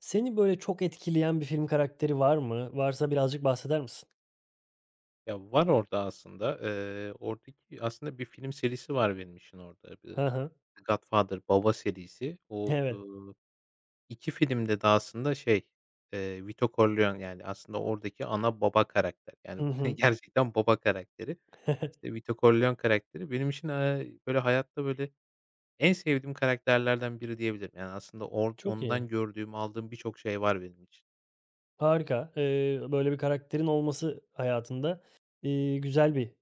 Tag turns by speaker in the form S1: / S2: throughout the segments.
S1: Seni böyle çok etkileyen bir film karakteri var mı? Varsa birazcık bahseder misin?
S2: Ya, var orada aslında. Oradaki aslında bir film serisi var benim için orada. Bir
S1: Hı hı.
S2: Godfather, Baba serisi. O,
S1: Evet.
S2: 2 filmde de aslında şey, Vito Corleone, yani, aslında oradaki ana baba karakter. Yani,
S1: Hı hı.
S2: gerçekten baba karakteri. İşte, Vito Corleone karakteri benim için, böyle, hayatta, böyle, en sevdiğim karakterlerden biri diyebilirim. Yani, aslında
S1: Çok iyi.
S2: ondan gördüğüm, aldığım birçok şey var benim için.
S1: Harika. Böyle bir karakterin olması hayatında, güzel bir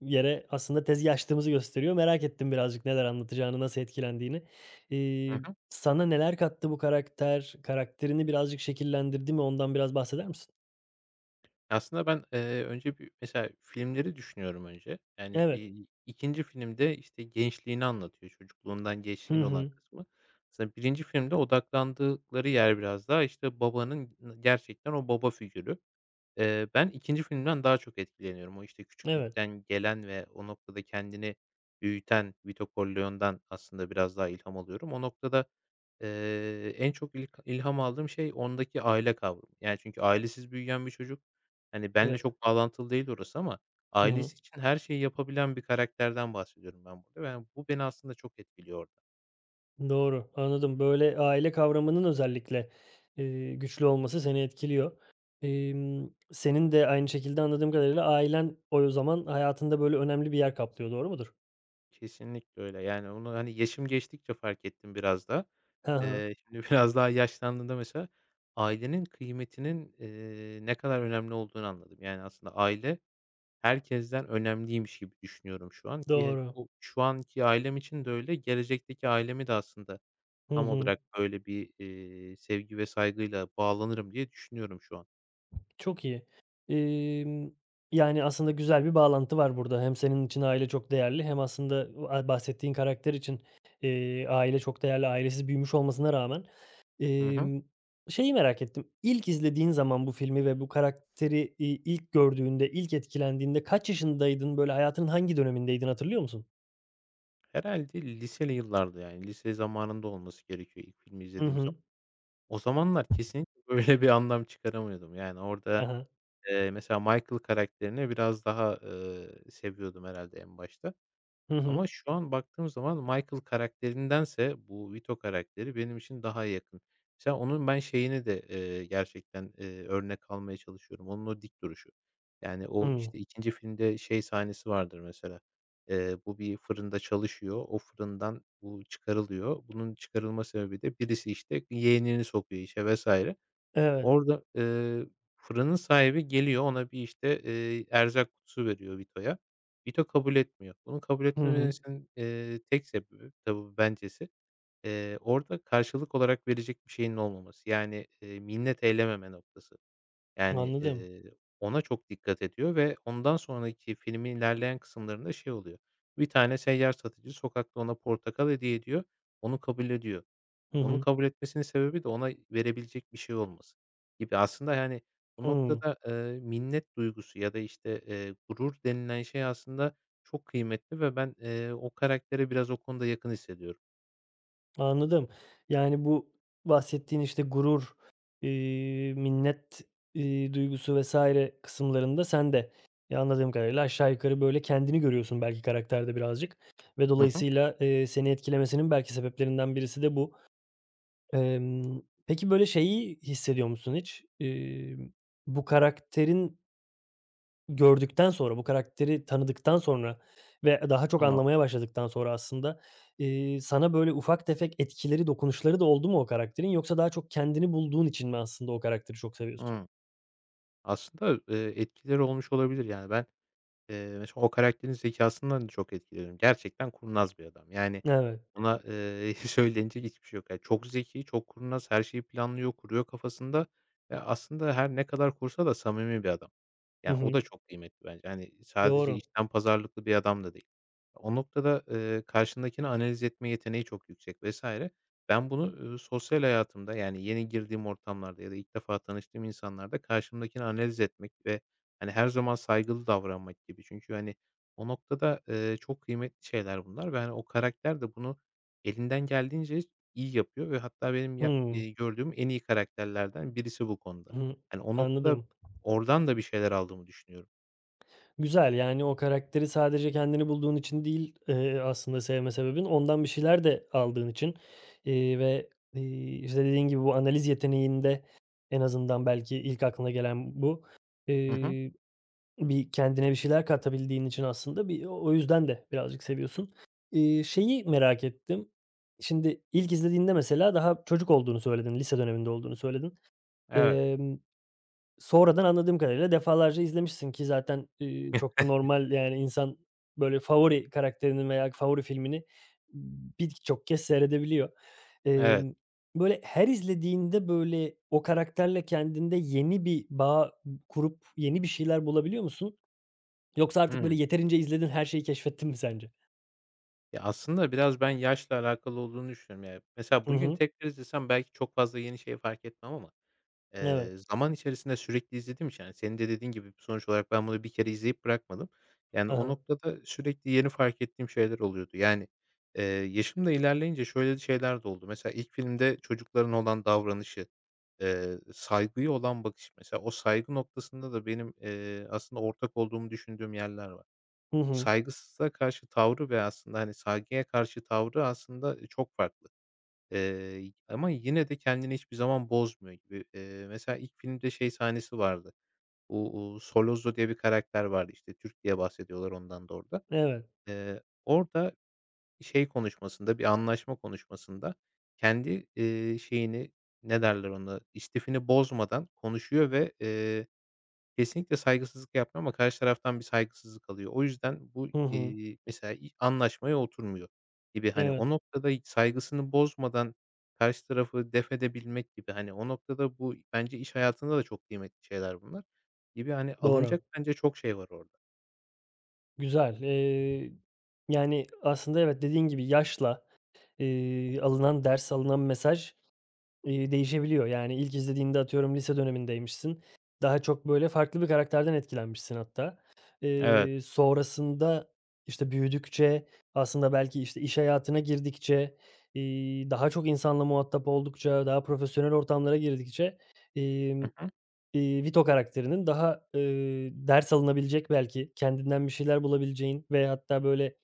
S1: yere aslında tezgâh açtığımızı gösteriyor. Merak ettim birazcık neler anlatacağını, nasıl etkilendiğini. Sana neler kattı bu karakter? Karakterini birazcık şekillendirdi mi? Ondan biraz bahseder misin?
S2: Aslında ben, önce bir mesela filmleri düşünüyorum önce. Yani,
S1: Evet.
S2: 2'nci filmde, işte, gençliğini anlatıyor, çocukluğundan
S1: Hı
S2: gençliğine olan
S1: hı.
S2: kısmı. Aslında birinci filmde odaklandıkları yer biraz daha, işte, babanın gerçekten o baba figürü. Ben ikinci filmden daha çok etkileniyorum. O, işte,
S1: Evet,
S2: küçüklükten gelen ve o noktada kendini büyüten Vito Corleone'dan aslında biraz daha ilham alıyorum. O noktada, en çok ilk ilham aldığım şey ondaki aile kavramı. Yani, çünkü ailesiz büyüyen bir çocuk, hani, benle
S1: evet.
S2: çok bağlantılı değil orası ama ailesi için her şeyi yapabilen bir karakterden bahsediyorum ben burada ve bu beni aslında çok etkiliyor orada.
S1: Doğru, anladım. Böyle aile kavramının özellikle, güçlü olması seni etkiliyor. Senin de aynı şekilde anladığım kadarıyla ailen o zaman hayatında böyle önemli bir yer kaplıyor, doğru mudur?
S2: Kesinlikle öyle. Yani, onu, hani, yaşım geçtikçe fark ettim biraz da.
S1: Hı hı,
S2: Şimdi biraz daha yaşlandığımda mesela ailenin kıymetinin, ne kadar önemli olduğunu anladım. Yani, aslında aile herkesten önemliymiş gibi düşünüyorum şu an ki hep
S1: doğru.
S2: bu şu anki ailem için de öyle, gelecekteki ailemi de aslında
S1: Hı
S2: tam
S1: hı,
S2: olarak böyle bir, sevgi ve saygıyla bağlanırım diye düşünüyorum şu an.
S1: çok iyi. Emm, yani, aslında güzel bir bağlantı var burada. Hem senin için aile çok değerli hem aslında bahsettiğin karakter için, aile çok değerli. Ailesiz büyümüş olmasına rağmen.
S2: Hı hı.
S1: Emm, şeyi merak ettim. İlk izlediğin zaman bu filmi ve bu karakteri, ilk gördüğünde, ilk etkilendiğinde kaç yaşındaydın? Böyle hayatının hangi dönemindeydin hatırlıyor musun?
S2: Herhalde liseli yıllarda, yani, lise zamanında olması gerekiyor ilk filmi
S1: Hı
S2: izlediğim.
S1: hı.
S2: O zamanlar kesinlikle böyle bir anlam çıkaramıyordum. Yani
S1: Hı
S2: orada,
S1: hı.
S2: mesela Michael karakterini biraz daha, seviyordum herhâlde en başta.
S1: Hı hı.
S2: Ama şu an baktığım zaman Michael karakterindense bu Vito karakteri benim için daha yakın. Mesela onun ben şeyini de, gerçekten, örnek almaya çalışıyorum. Onun o dik duruşu. Yani o,
S1: Hımm.
S2: işte, ikinci filmde şey sahnesi vardır mesela, bu bir fırında çalışıyor. O fırından bu çıkarılıyor. Bunun çıkarılma sebebi de birisi, işte, yeğenini sokuyor işe vesaire.
S1: Evet.
S2: Orada, fırının sahibi geliyor, ona bir, işte, erzak kutusu veriyor Vito'ya. Vito kabul etmiyor. Bunun kabul
S1: Hı hı.
S2: etmemesinin, tek sebebi tabii bencesi, orada karşılık olarak verecek bir şeyinin olmaması. Yani, minnet eylememe noktası. Yani,
S1: Anladım.
S2: ona çok dikkat ediyor ve ondan sonraki filmin ilerleyen kısımlarında şey oluyor, bir tane seyyar satıcı sokakta ona portakal hediye ediyor, onu kabul ediyor.
S1: Hı
S2: Onu
S1: hı.
S2: kabul etmesinin sebebi de ona verebilecek bir şey olması gibi. Aslında, yani, bu
S1: Hıı.
S2: noktada, minnet duygusu ya da, işte, gurur denilen şey aslında çok kıymetli ve ben, o karaktere biraz o konuda yakın hissediyorum.
S1: Anladım. Yani, bu bahsettiğin, işte, gurur, minnet, duygusu vesaire kısımlarında sen de, anladığım kadarıyla aşağı yukarı, böyle, kendini görüyorsun belki karakterde birazcık ve
S2: Hı hı.
S1: dolayısıyla, seni etkilemesinin belki sebeplerinden birisi de bu. Peki, böyle, şeyi hissediyor musun hiç? Bu karakterin. Gördükten sonra, bu karakteri tanıdıktan sonra ve daha çok
S2: Tamam.
S1: anlamaya başladıktan sonra aslında, sana böyle ufak tefek etkileri, dokunuşları da oldu mu o karakterin, yoksa daha çok kendini bulduğun için mi aslında o karakteri çok seviyorsun?
S2: Hımm. Aslında, etkileri olmuş olabilir. Yani, ben. Mesela o karakterin zekâsından da çok etkileniyorum. Gerçekten kurnaz bir adam. Yani
S1: Evet.
S2: ona, söylenecek hiçbir şey yok. Yani çok zeki, çok kurnaz, her şeyi planlıyor, kuruyor kafasında. Ya, aslında her ne kadar kursa da samimi bir adam.
S1: Hı
S2: Yani o
S1: hı.
S2: da çok kıymetli bence. Hani sadece
S1: Doğru.
S2: içten pazarlıklı bir adam da değil. O noktada, karşındakini analiz etme yeteneği çok yüksek vs. Ben bunu, sosyal hayatımda, yani yeni girdiğim ortamlarda ya da ilk defa tanıştığım insanlarda karşımdakini analiz etmek ve hani, her zaman saygılı davranmak gibi. Çünkü, hani, o noktada, çok kıymetli şeyler bunlar ve, hani, o karakter de bunu elinden geldiğince iyi yapıyor ve hatta benim ya
S1: Hımm.
S2: gördüğüm en iyi karakterlerden birisi bu konuda.
S1: Hı.
S2: Hani, o noktada
S1: Anladım.
S2: oradan da bir şeyler aldığımı düşünüyorum.
S1: Güzel, yani, o karakteri sadece kendini bulduğun için değil, aslında sevme sebebin, ondan bir şeyler de aldığın için, ve, işte, dediğin gibi bu analiz yeteneğinde en azından belki ilk aklına gelen bu.
S2: Hı hı.
S1: Eee Bir kendine bir şeyler katabildiğin için aslında bir o yüzden de birazcık seviyorsun. Şeyi merak ettim. Şimdi ilk izlediğinde mesela daha çocuk olduğunu söyledin, lise döneminde olduğunu söyledin.
S2: Evet,
S1: Emm, sonradan anladığım kadarıyla defalarca izlemişsin ki zaten, çok da normal, yani insan böyle favori karakterinin veya favori filmini birçok kez seyredebiliyor.
S2: evet.
S1: Emm, böyle her izlediğinde, böyle, o karakterle kendinde yeni bir bağ kurup yeni bir şeyler bulabiliyor musun? Yoksa artık
S2: Hıı.
S1: böyle yeterince izledin, her şeyi keşfettin mi sence?
S2: Ya, aslında biraz ben yaşla alakalı olduğunu düşünüyorum. Ya, mesela
S1: Hı
S2: bugün
S1: hı.
S2: tekrar izlesem belki çok fazla yeni şey fark etmem ama
S1: Evet.
S2: Zaman içerisinde sürekli izlediğim için, yani, senin de dediğin gibi sonuç olarak ben bunu bir kere izleyip bırakmadım. Yani,
S1: Hı
S2: o
S1: hı.
S2: noktada sürekli yeni fark ettiğim şeyler oluyordu. Yani, yaşım da ilerleyince şöyle şeyler de oldu. Mesela ilk filmde çocukların olan davranışı, saygıya olan bakış mesela o saygı noktasında da benim, aslında ortak olduğumu düşündüğüm yerler var.
S1: Hı hı.
S2: Saygısızlığa karşı tavrı ve aslında, hani, saygıya karşı tavrı aslında, çok farklı. Ama yine de kendini hiçbir zaman bozmuyor gibi. Mesela ilk filmde şey sahnesi vardı. Bu, Solozzo diye bir karakter vardı, işte, Türk diye bahsediyorlar ondan da orada.
S1: Evet.
S2: Orada şey konuşmasında, bir anlaşma konuşmasında kendi, şeyini, ne derler ona, istifini bozmadan konuşuyor ve, kesinlikle saygısızlık yapmıyor ama karşı taraftan bir saygısızlık alıyor. O yüzden bu,
S1: Hı hı.
S2: mesela anlaşmaya oturmuyor gibi. Hani,
S1: Evet.
S2: o noktada hiç saygısını bozmadan karşı tarafı def edebilmek gibi, hani, o noktada bu bence iş hayatında da çok kıymetli şeyler bunlar gibi, hani,
S1: Doğru.
S2: alınacak bence çok şey var orada.
S1: Güzel. Yani, aslında evet, dediğin gibi yaşla, alınan ders, alınan mesaj, İii, değişebiliyor. Yani, ilk izlediğinde atıyorum lise dönemindeymişsin. Daha çok, böyle, farklı bir karakterden etkilenmişsin hatta.
S2: Evet.
S1: Sonrasında, işte, büyüdükçe aslında belki, işte, iş hayatına girdikçe, daha çok insanla muhatap oldukça, daha profesyonel ortamlara girdikçe,
S2: Hı
S1: emm,
S2: hı.
S1: Vito karakterinin daha, ders alınabilecek belki, kendinden bir şeyler bulabileceğin ve hatta, böyle,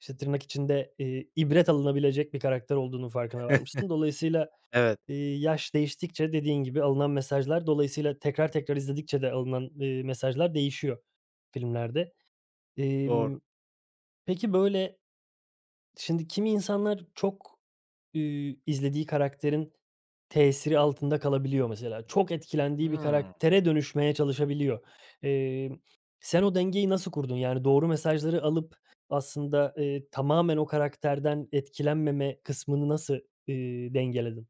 S1: işte, tırnak içinde, ibret alınabilecek bir karakter olduğunun farkına varmışsın. Dolayısıyla,
S2: Evet,
S1: Yaş değiştikçe dediğin gibi alınan mesajlar dolayısıyla tekrar tekrar izledikçe de alınan, mesajlar değişiyor filmlerde.
S2: doğru.
S1: Emm, peki, böyle, şimdi kimi insanlar çok, izlediği karakterin tesiri altında kalabiliyor mesela. Çok etkilendiği bir
S2: Hıı.
S1: karaktere dönüşmeye çalışabiliyor. Emm, sen o dengeyi nasıl kurdun? Yani doğru mesajları alıp aslında, tamamen o karakterden etkilenmeme kısmını nasıl, dengeledin?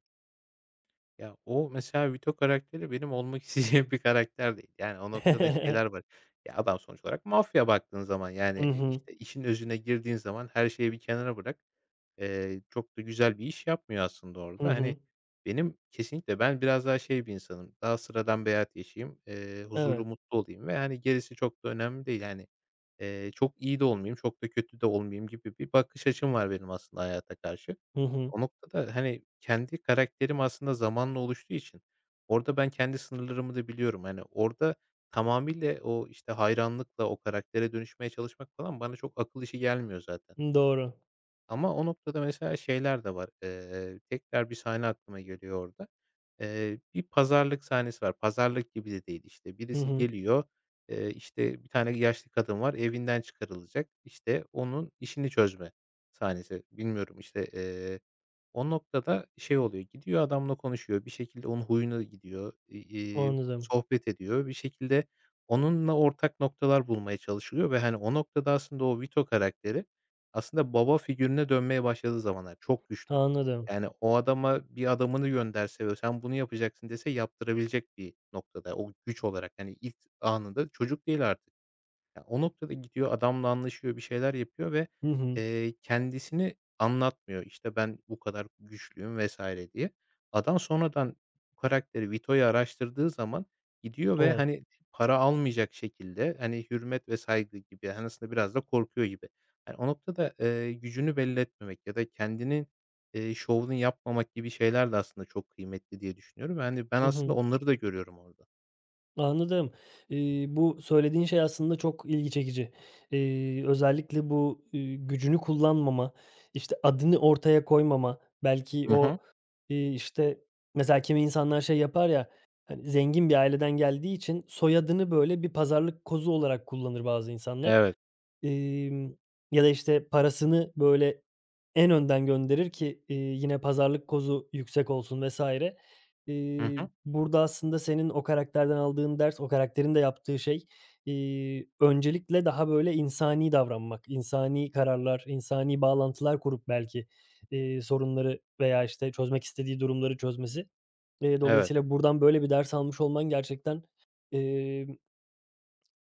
S2: Ya, o mesela Vito karakteri benim olmak isteyeceğim bir karakter değil. Yani, o noktada şeyler var. Ya, adam sonuç olarak mafya baktığın zaman, yani,
S1: Hı hı.
S2: işte, işin özüne girdiğin zaman her şeyi bir kenara bırak. Çok da güzel bir iş yapmıyor aslında
S1: Hı
S2: orada. Hani,
S1: hı.
S2: benim kesinlikle ben biraz daha şey bir insanım, daha sıradan bir hayat yaşayayım, huzurlu,
S1: Evet.
S2: mutlu olayım ve, hani, gerisi çok da önemli değil. Yani, çok iyi de olmayayım, çok da kötü de olmayayım gibi bir bakış açım var benim aslında hayata karşı.
S1: Hı hı.
S2: O noktada, hani, kendi karakterim aslında zamanla oluştuğu için orada ben kendi sınırlarımı da biliyorum. Hani, orada tamamıyla o, işte, hayranlıkla o karaktere dönüşmeye çalışmak falan bana çok akıl işi gelmiyor zaten.
S1: Doğru.
S2: Ama o noktada mesela şeyler de var. Tekrar bir sahne aklıma geliyor orada. Bir pazarlık sahnesi var. Pazarlık gibi de değil işte.
S1: Hı
S2: Birisi
S1: hı.
S2: geliyor, işte, bir tane yaşlı kadın var, evinden çıkarılacak. İşte, onun işini çözme sahnesi. Bilmiyorum, işte, o noktada şey oluyor, gidiyor adamla konuşuyor, bir şekilde onun huyuna gidiyor,
S1: Anladım,
S2: sohbet ediyor. Bir şekilde onunla ortak noktalar bulmaya çalışılıyor ve, hani, o noktada aslında o Vito karakteri aslında baba figürüne dönmeye başladığı zamanlar çok güçlü.
S1: anladım.
S2: Yani o adama bir adamını gönderse ve sen bunu yapacaksın dese yaptırabilecek bir noktada o güç olarak. Yani ilk anında çocuk değil artık. Ya, o noktada gidiyor, adamla anlaşıyor, bir şeyler yapıyor ve,
S1: Hı hı.
S2: kendisini anlatmıyor. İşte, ben bu kadar güçlüyüm vesaire diye. Adam sonradan bu karakteri Vito'yu araştırdığı zaman gidiyor ve,
S1: Evet.
S2: hani, para almayacak şekilde, hani, hürmet ve saygı gibi, hani, aslında biraz da korkuyor gibi. Yani, o noktada, gücünü belli etmemek ya da kendinin, şovunu yapmamak gibi şeyler de aslında çok kıymetli diye düşünüyorum. Yani, ben
S1: Hı
S2: aslında
S1: hı.
S2: onları da görüyorum orada.
S1: Anladım. Bu söylediğin şey aslında çok ilgi çekici. Özellikle bu, gücünü kullanmama, işte, adını ortaya koymama, belki
S2: Hı hı.
S1: o, işte, mesela kimi insanlar şey yapar ya, hani, zengin bir aileden geldiği için soyadını, böyle, bir pazarlık kozu olarak kullanır bazı insanlar.
S2: Evet.
S1: Emm, ya da, işte, parasını, böyle, en önden gönderir ki, yine pazarlık kozu yüksek olsun vs.
S2: Hı
S1: Eee,
S2: hı.
S1: burada aslında senin o karakterden aldığın ders, o karakterin de yaptığı şey, öncelikle daha, böyle, insani davranmak, insani kararlar, insani bağlantılar kurup belki, sorunları veya, işte, çözmek istediği durumları çözmesi. Eee,
S2: Evet.
S1: dolayısıyla buradan böyle bir ders almış olman gerçekten, emm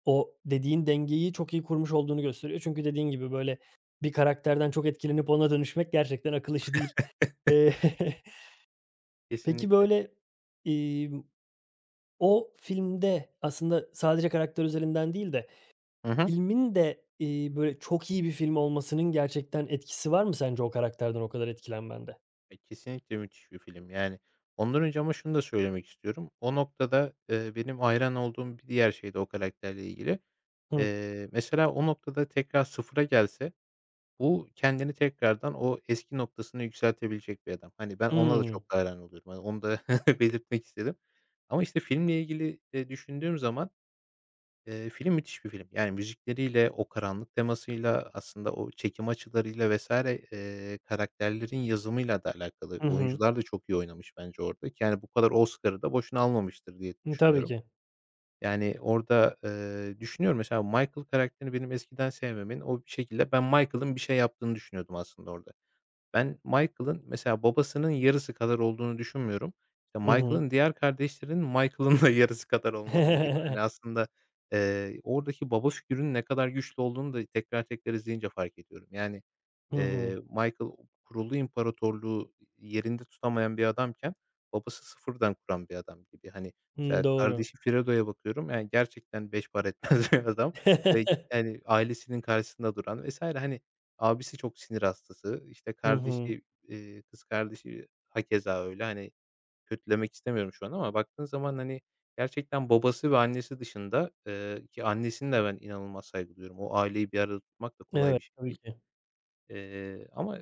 S1: o dediğin dengeyi çok iyi kurmuş olduğunu gösteriyor. Çünkü dediğin gibi, böyle, bir karakterden çok etkilenip ona dönüşmek gerçekten akıl işi değil. Eee, peki,
S2: Kesinlikle.
S1: böyle, imm, o filmde aslında sadece karakter üzerinden değil de
S2: Hı hı.
S1: filmin de, böyle, çok iyi bir film olmasının gerçekten etkisi var mı sence o karakterden o kadar etkilenmende?
S2: Kesinlikle müthiş bir film. Yani, ondan önce ama şunu da söylemek istiyorum. O noktada, benim hayran olduğum bir diğer şey de o karakterle ilgili.
S1: Hı.
S2: Mesela o noktada tekrar sıfıra gelse bu kendini tekrardan o eski noktasına yükseltebilecek bir adam. Hani, ben ona da
S1: Hımm.
S2: çok hayran oluyorum. Hani, onu da belirtmek istedim. Ama, işte, filmle ilgili, düşündüğüm zaman, film müthiş bir film. Yani müzikleriyle, o karanlık temasıyla, aslında o çekim açılarıyla vesaire, karakterlerin yazımıyla da alakalı.
S1: Hı hı.
S2: Oyuncular da çok iyi oynamış bence orada, yani bu kadar Oscar'ı da boşuna almamıştır diye
S1: Hı, tabii
S2: düşünüyorum.
S1: ki.
S2: Yani orada, düşünüyorum mesela Michael karakterini benim eskiden sevmemin, o bir şekilde ben Michael'ın bir şey yaptığını düşünüyordum aslında orada. Ben Michael'ın mesela babasının yarısı kadar olduğunu düşünmüyorum. İşte,
S1: Hı hı.
S2: Michael'ın diğer kardeşlerinin Michael'ın da yarısı kadar olmadığını gibi, hani, aslında, oradaki baba figürünün ne kadar güçlü olduğunu da tekrar tekrar izleyince fark ediyorum. Yani,
S1: Hı hı.
S2: Michael kurulu imparatorluğu yerinde tutamayan bir adamken babası sıfırdan kuran bir adam gibi. Hani, mesela
S1: Hımm, doğru.
S2: kardeşi Fredo'ya bakıyorum, yani, gerçekten beş para etmez bir adam ve, yani, ailesinin karşısında duran vesaire. Hani, abisi çok sinir hastası. İşte
S1: Hı hı.
S2: kardeşi, kız kardeşi hakeza öyle. Hani, kötülemek istemiyorum şu an ama baktığın zaman, hani, gerçekten babası ve annesi dışında, ki annesine de ben inanılmaz saygı duyuyorum. O aileyi bir arada tutmak da kolay
S1: Evet,
S2: bir şey
S1: tabii
S2: değil.
S1: ki.
S2: Ama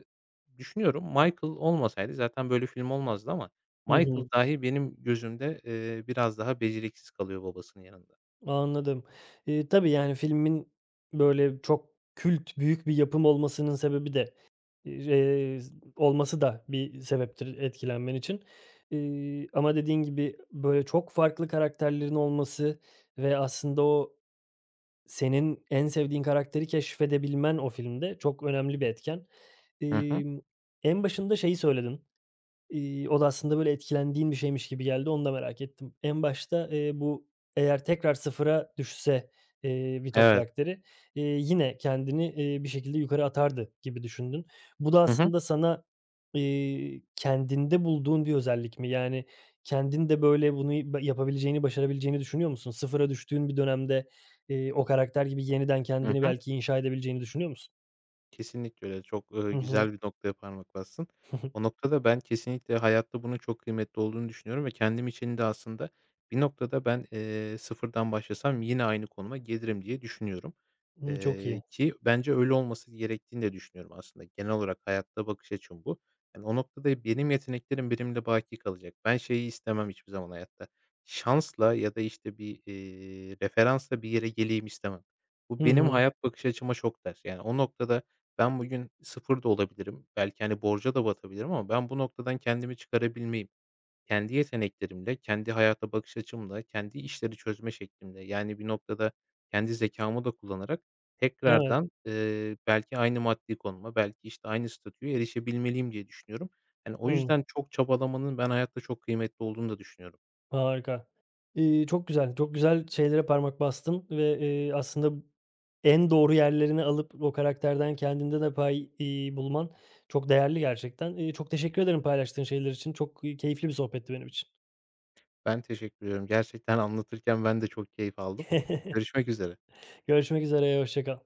S2: düşünüyorum Michael olmasaydı zaten böyle film olmazdı ama
S1: Hı hı.
S2: Michael dahi benim gözümde, biraz daha beceriksiz kalıyor babasının yanında.
S1: Anladım. Tabii, yani, filmin, böyle, çok kült, büyük bir yapım olmasının sebebi de, eee, olması da bir sebeptir etkilenmen için. Ama dediğin gibi, böyle, çok farklı karakterlerin olması ve aslında o senin en sevdiğin karakteri keşfedebilmen o filmde çok önemli bir etken.
S2: Hı hı.
S1: Emm, en başında şeyi söyledin. O da aslında böyle etkilendiğin bir şeymiş gibi geldi, onu da merak ettim. En başta, bu, eğer tekrar sıfıra düşse, Vito
S2: Evet.
S1: karakteri, yine kendini, bir şekilde yukarı atardı gibi düşündün. Bu da
S2: Hı hı.
S1: aslında sana, kendinde bulduğun bir özellik mi? Yani kendin de böyle bunu y ba yapabileceğini, başarabileceğini düşünüyor musun? Sıfıra düştüğün bir dönemde, o karakter gibi yeniden
S2: Hı
S1: kendini
S2: hı.
S1: belki inşa edebileceğini düşünüyor musun?
S2: Kesinlikle öyle. Çok,
S1: Hı hı.
S2: güzel bir noktaya parmak bassın.
S1: Hı hı.
S2: O noktada ben kesinlikle hayatta bunun çok kıymetli olduğunu düşünüyorum ve kendim için de aslında bir noktada ben, sıfırdan başlasam yine aynı konuma gelirim diye düşünüyorum.
S1: Hımm, çok iyi.
S2: Ki bence öyle olması gerektiğini de düşünüyorum aslında. Genel olarak hayatta bakış açım bu. Yani, o noktada benim yeteneklerim benimle baki kalacak. Ben şeyi istemem hiçbir zaman hayatta. Şansla ya da, işte, bir, referansla bir yere geleyim istemem. Bu
S1: Hı
S2: benim
S1: hı.
S2: hayat bakış açıma çok ters. Yani, o noktada ben bugün sıfır da olabilirim. Belki, hani, borca da batabilirim ama ben bu noktadan kendimi çıkarabilmeyi, kendi yeteneklerimle, kendi hayata bakış açımla, kendi işleri çözme şeklimle, yani, bir noktada kendi zekamı da kullanarak
S1: Evet.
S2: tekrardan, belki aynı maddi konuma, belki, işte, aynı statüye erişebilmeliyim diye düşünüyorum. Yani o
S1: Hı.
S2: yüzden çok çabalamanın ben hayatta çok kıymetli olduğunu da düşünüyorum.
S1: Harika. Çok güzel, çok güzel şeylere parmak bastın ve, aslında en doğru yerlerini alıp o karakterden kendinde de pay, bulman çok değerli gerçekten. Çok teşekkür ederim paylaştığın şeyler için. Çok, keyifli bir sohbetti benim için.
S2: Ben teşekkür ediyorum. Gerçekten anlatırken ben de çok keyif aldım. Görüşmek üzere.
S1: Görüşmek üzere, hoşça kal.